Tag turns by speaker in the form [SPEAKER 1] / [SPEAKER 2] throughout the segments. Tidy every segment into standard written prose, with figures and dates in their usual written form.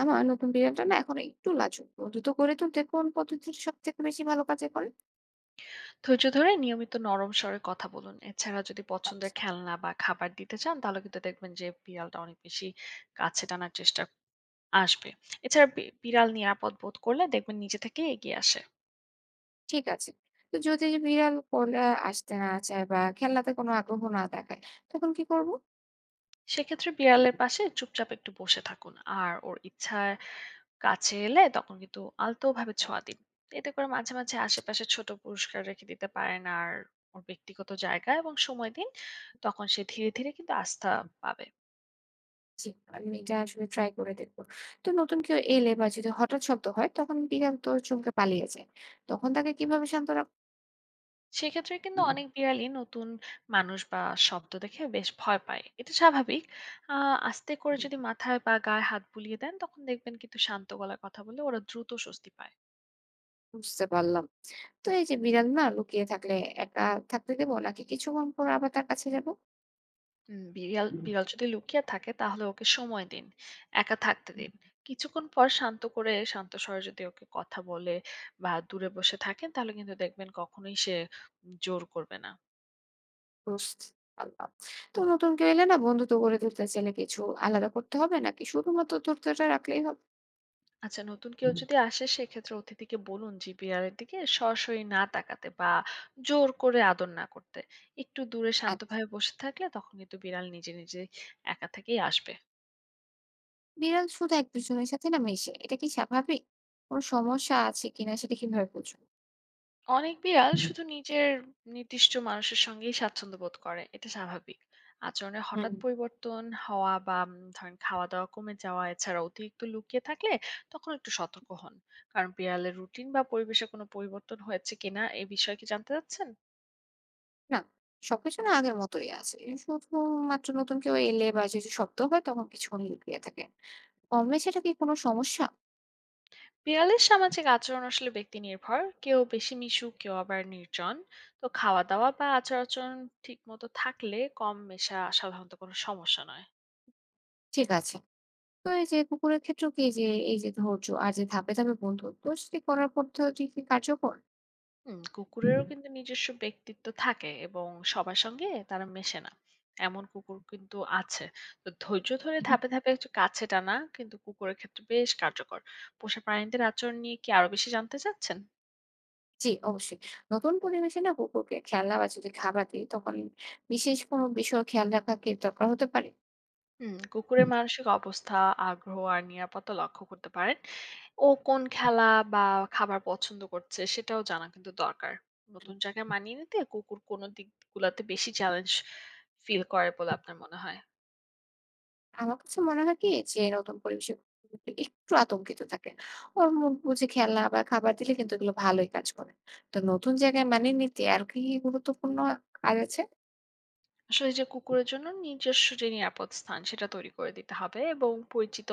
[SPEAKER 1] আমার নতুন বিড়ালটা না এখন একটু লাজুক। বন্ধুত্ব গড়ে তুলতে কোন পদ্ধতিটা সবথেকে বেশি ভালো কাজে করে?
[SPEAKER 2] ধৈর্য ধরে নিয়মিত নরম স্বরে কথা বলুন। এছাড়া যদি পছন্দের
[SPEAKER 1] আচ্ছা
[SPEAKER 2] খেলনা বা খাবার দিতে চান তাহলে কিন্তু দেখবেন যে বিড়ালটা অনেক বেশি কাছে টানার চেষ্টা আসবে। এছাড়া বিড়াল নিরাপদ বোধ করলে দেখবেন নিজে থেকে এগিয়ে আসে।
[SPEAKER 1] ঠিক আছে। তো যদি বিড়াল কোলে আসতে না চায় বা খেলনাতে কোনো আগ্রহ না দেখায়, তখন কি করব?
[SPEAKER 2] সেক্ষেত্রে বিড়ালের পাশে চুপচাপ একটু বসে থাকুন আর ওর ইচ্ছার কাছে এলে তখন কিন্তু আলতোভাবে ছোঁয়া দিন। এতে করে মাঝে মাঝে
[SPEAKER 1] আচ্ছা।
[SPEAKER 2] আশেপাশে ছোট পুরস্কার রেখে দিতে পারেন আর ওর ব্যক্তিগত জায়গা এবং সময় দিন, তখন সে ধীরে ধীরে কিন্তু আস্থা পাবে।
[SPEAKER 1] জি, আমি এটা আসলে ট্রাই করে দেখবো। তো নতুন কেউ এলে বা যদি হঠাৎ শব্দ হয়, তখন বিড়াল তো চমকে পালিয়ে যায়। তখন তাকে কিভাবে শান্ত রাখবো?
[SPEAKER 2] সেক্ষেত্রে কিন্তু অনেক বিড়ালই নতুন মানুষ বা শব্দ দেখে বেশ ভয় পায়, এটা স্বাভাবিক। আস্তে করে যদি মাথায় বা গায়ে হাত বুলিয়ে দেন তখন দেখবেন কিন্তু শান্ত গলায় কথা বলে ওরা দ্রুত স্বস্তি পায়।
[SPEAKER 1] বুঝতে পারলাম। তো এই যে বিড়াল না লুকিয়ে থাকলে একা থাকতে দেবো নাকি কিছুক্ষণ পর আবার তার কাছে যাবো?
[SPEAKER 2] উম, বিড়াল বিড়াল যদি লুকিয়ে থাকে তাহলে ওকে সময় দিন, একা থাকতে দিন। কিছুক্ষণ পর শান্ত করে শান্ত স্বরে যদি ওকে কথা বলে বা দূরে বসে থাকেন তাহলে কিন্তু দেখবেন কখনোই সে জোর করবে না।
[SPEAKER 1] বুঝতে পারলাম। তো নতুন কেউ এলে না বন্ধুত্ব গড়ে তুলতে চাইলে কিছু আলাদা করতে হবে নাকি শুধুমাত্র দূরত্বটা রাখলেই হবে?
[SPEAKER 2] আচ্ছা, নতুন কেউ যদি আসে সেক্ষেত্রে অতিথিকে বলুন যে বিড়ালের দিকে সরাসরি না তাকাতে বা জোর করে আদর না করতে। একটু দূরে
[SPEAKER 1] আর
[SPEAKER 2] শান্তভাবে বসে থাকলে তখন কিন্তু বিড়াল নিজে নিজে একা থেকেই আসবে।
[SPEAKER 1] বিড়াল শুধু এক দুজনের সাথে না মেশে এটা কি স্বাভাবিক? কোনো সমস্যা আছে কিনা সেটা কিভাবে বুঝবো?
[SPEAKER 2] অনেক বিড়াল শুধু নিজের নির্দিষ্ট মানুষের সঙ্গেই স্বাচ্ছন্দ্য বোধ করে, এটা স্বাভাবিক। আচরণে
[SPEAKER 1] হুম
[SPEAKER 2] হঠাৎ পরিবর্তন হওয়া বা ধরেন খাওয়া দাওয়া কমে যাওয়া, এছাড়া অতিরিক্ত লুকিয়ে থাকলে তখন একটু সতর্ক হন। কারণ বিড়ালের রুটিন বা পরিবেশে কোনো পরিবর্তন হয়েছে কিনা এই বিষয়ে কি জানতে চাচ্ছেন?
[SPEAKER 1] না, সবকিছু না আগের মতোই আছে। শুধুমাত্র নতুন কেউ এলে বা যদি শব্দ হয় তখন কিছুক্ষণ লুকিয়ে থাকে। কম সেটা কি কোনো সমস্যা?
[SPEAKER 2] বিড়ালের সামাজিক আচরণ আসলে ব্যক্তি নির্ভর, কেউ বেশি মিশুক, কেউ আবার নির্জন। তো খাওয়া দাওয়া বা আচার আচরণ ঠিক মতো থাকলে কম মেশা সাধারণত কোনো সমস্যা নয়।
[SPEAKER 1] ঠিক আছে। তো এই যে কুকুরের ক্ষেত্রেও কি যে এই যে ধৈর্য আর যে ধাপে ধাপে বন্ধুত্ব সেটি করার পদ্ধতি কি কার্যকর?
[SPEAKER 2] হুম, কুকুরেরও কিন্তু নিজস্ব ব্যক্তিত্ব থাকে এবং সবার সঙ্গে তারা মেশে না, এমন কুকুর কিন্তু আছে। তো ধৈর্য ধরে ধাপে ধাপে একটু কাছে টানা কিন্তু কুকুরের ক্ষেত্রে বেশ কার্যকর। পোষা প্রাণীদের আচরণ নিয়ে কি আরো বেশি জানতে চাচ্ছেন?
[SPEAKER 1] জি, অবশ্যই। নতুন পরিবেশে না কুকুরকে খেলনা বা যদি খাবার দিই, তখন বিশেষ কোনো বিষয় খেয়াল রাখা কি দরকার হতে পারে?
[SPEAKER 2] হুম, কুকুরের মানসিক অবস্থা, আগ্রহ আর নিরাপত্তা লক্ষ্য করতে পারেন। ও কোন খেলা বা খাবার পছন্দ করছে সেটাও জানা কিন্তু দরকার। নতুন জায়গায় মানিয়ে নিতে কুকুর কোন দিকগুলোতে বেশি চ্যালেঞ্জ ফিল করে বলে আপনার মনে হয়?
[SPEAKER 1] আমার কাছে মনে হয় কি যে নতুন পরিবেশে কুকুরগুলো একটু আতঙ্কিত থাকে। ওর মুখ বুজে খেলনা বা খাবার দিলে কিন্তু এগুলো ভালোই কাজ করে। তো নতুন জায়গায় মানিয়ে নিতে আর কি গুরুত্বপূর্ণ কাজ আছে?
[SPEAKER 2] আসলে যে কুকুরের জন্য নিজস্ব যে নিরাপদ স্থান সেটা তৈরি করে দিতে হবে এবং পরিচিত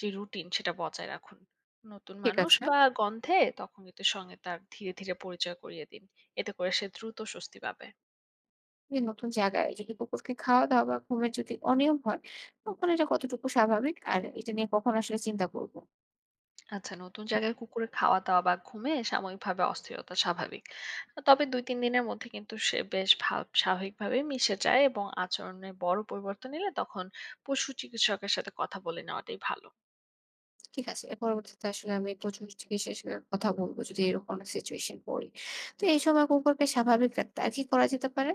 [SPEAKER 2] যে রুটিন সেটা বজায় রাখুন। নতুন
[SPEAKER 1] ঠিক
[SPEAKER 2] মানুষ
[SPEAKER 1] আছে।
[SPEAKER 2] বা গন্ধে তখন কিন্তু সঙ্গে তার ধীরে ধীরে পরিচয় করিয়ে দিন। এতে করে সে দ্রুত স্বস্তি পাবে।
[SPEAKER 1] যে নতুন জায়গায় যদি কুকুরকে খাওয়া-দাওয়া বা ঘুমের যদি অনিয়ম হয়, তখন এটা কতটুকু স্বাভাবিক? আর এটা নিয়ে কখন আসলে চিন্তা করব?
[SPEAKER 2] আচ্ছা, নতুন জায়গায় কুকুরের খাওয়া-দাওয়া বা ঘুমে সাময়িকভাবে অস্থিরতা স্বাভাবিক। তবে ২-৩ দিনের মধ্যে কিন্তু সে বেশ ভাব স্বাভাবিকভাবে মিশে যায় এবং আচরণে বড় পরিবর্তন এলে তখন পশু চিকিৎসকের সাথে কথা বলে নেওয়াটাই ভালো।
[SPEAKER 1] ঠিক আছে। এর পরবর্তীতে আসলে আমি প্রচুর চিকিৎসকের কথা বলবো যদি এরকম একটা সিচুয়েশন পড়ি। তো এই সময় কুকুরকে স্বাভাবিক রাখতে আর কি করা যেতে পারে?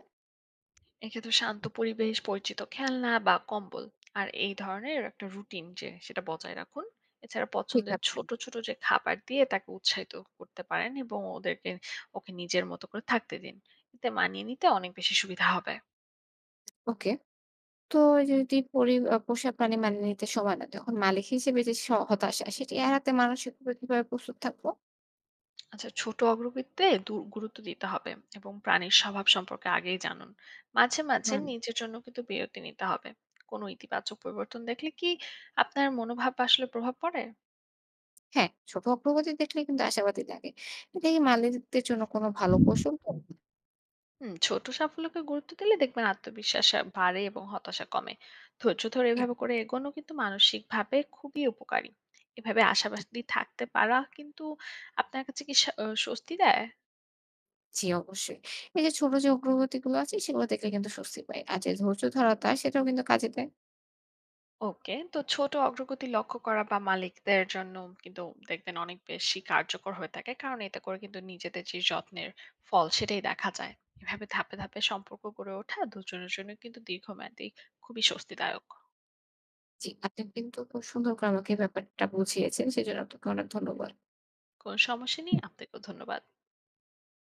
[SPEAKER 2] এক্ষেত্রে শান্ত পরিবেশ, পরিচিত খেলনা বা কম্বল আর এই ধরনের একটা রুটিন যে সেটা বজায় রাখুন। এছাড়া
[SPEAKER 1] ঠিক
[SPEAKER 2] পছন্দের
[SPEAKER 1] আছে।
[SPEAKER 2] ছোট, ছোট যে খাবার দিয়ে তাকে উৎসাহিত করতে পারেন এবং ওদেরকে ওকে নিজের মতো করে থাকতে দিন। এতে মানিয়ে নিতে অনেক বেশি সুবিধা হবে।
[SPEAKER 1] ওকে। তো যদি পরি আ পোষা প্রাণী মানিয়ে নিতে সময় না তখন মালিক হিসেবে যে হতাশা সেটি এড়াতে মানসিকভাবে কিভাবে প্রস্তুত থাকবো?
[SPEAKER 2] আচ্ছা, ছোট অগ্রগতিতে গুরুত্ব দিতে হবে এবং প্রাণীর স্বভাব সম্পর্কে আগেই জানুন। মাঝে মাঝে
[SPEAKER 1] হুম।
[SPEAKER 2] নিজের জন্য কিন্তু বিরতি নিতে হবে। কোনো ইতিবাচক পরিবর্তন দেখলে কি আপনার মনোভাব আসলে প্রভাব পড়ে?
[SPEAKER 1] হ্যাঁ, ছোট অগ্রগতি দেখলে কিন্তু আশাবাদী লাগে। এটা কি মালিকদের জন্য কোনো ভালো কৌশল তো?
[SPEAKER 2] হুম, ছোট সাফল্যকে গুরুত্ব দিলে দেখবেন আত্মবিশ্বাস বাড়ে এবং হতাশা কমে। ধৈর্য ধরে এভাবে করে এগোনো কিন্তু মানসিকভাবে খুবই উপকারী। এভাবে আশাবাদী থাকতে পারা কিন্তু আপনার কাছে কি স্বস্তি দেয়?
[SPEAKER 1] জি অবশ্যই। এই যে ছোট যে অগ্রগতিগুলো আছে সেগুলো দেখলে কিন্তু স্বস্তি পাই। আর যে ধৈর্য ধরাটা সেটাও কিন্তু কাজে দেয়।
[SPEAKER 2] ওকে। তো ছোট অগ্রগতি লক্ষ্য করা বা মালিকদের জন্য কিন্তু দেখবেন অনেক বেশি কার্যকর হয়ে থাকে। কারণ এতে করে কিন্তু নিজেদের যে যত্নের ফল সেটাই দেখা যায়। এভাবে ধাপে, ধাপে সম্পর্ক গড়ে ওঠা দুজনের জন্য কিন্তু দীর্ঘমেয়াদী খুবই স্বস্তিদায়ক।
[SPEAKER 1] জি, আপনি কিন্তু খুব সুন্দর করে আমাকে ব্যাপারটা বুঝিয়েছেন। সেজন্য আপনাকে অনেক ধন্যবাদ।
[SPEAKER 2] কোনো সমস্যা নেই। আপনাকেও ধন্যবাদ।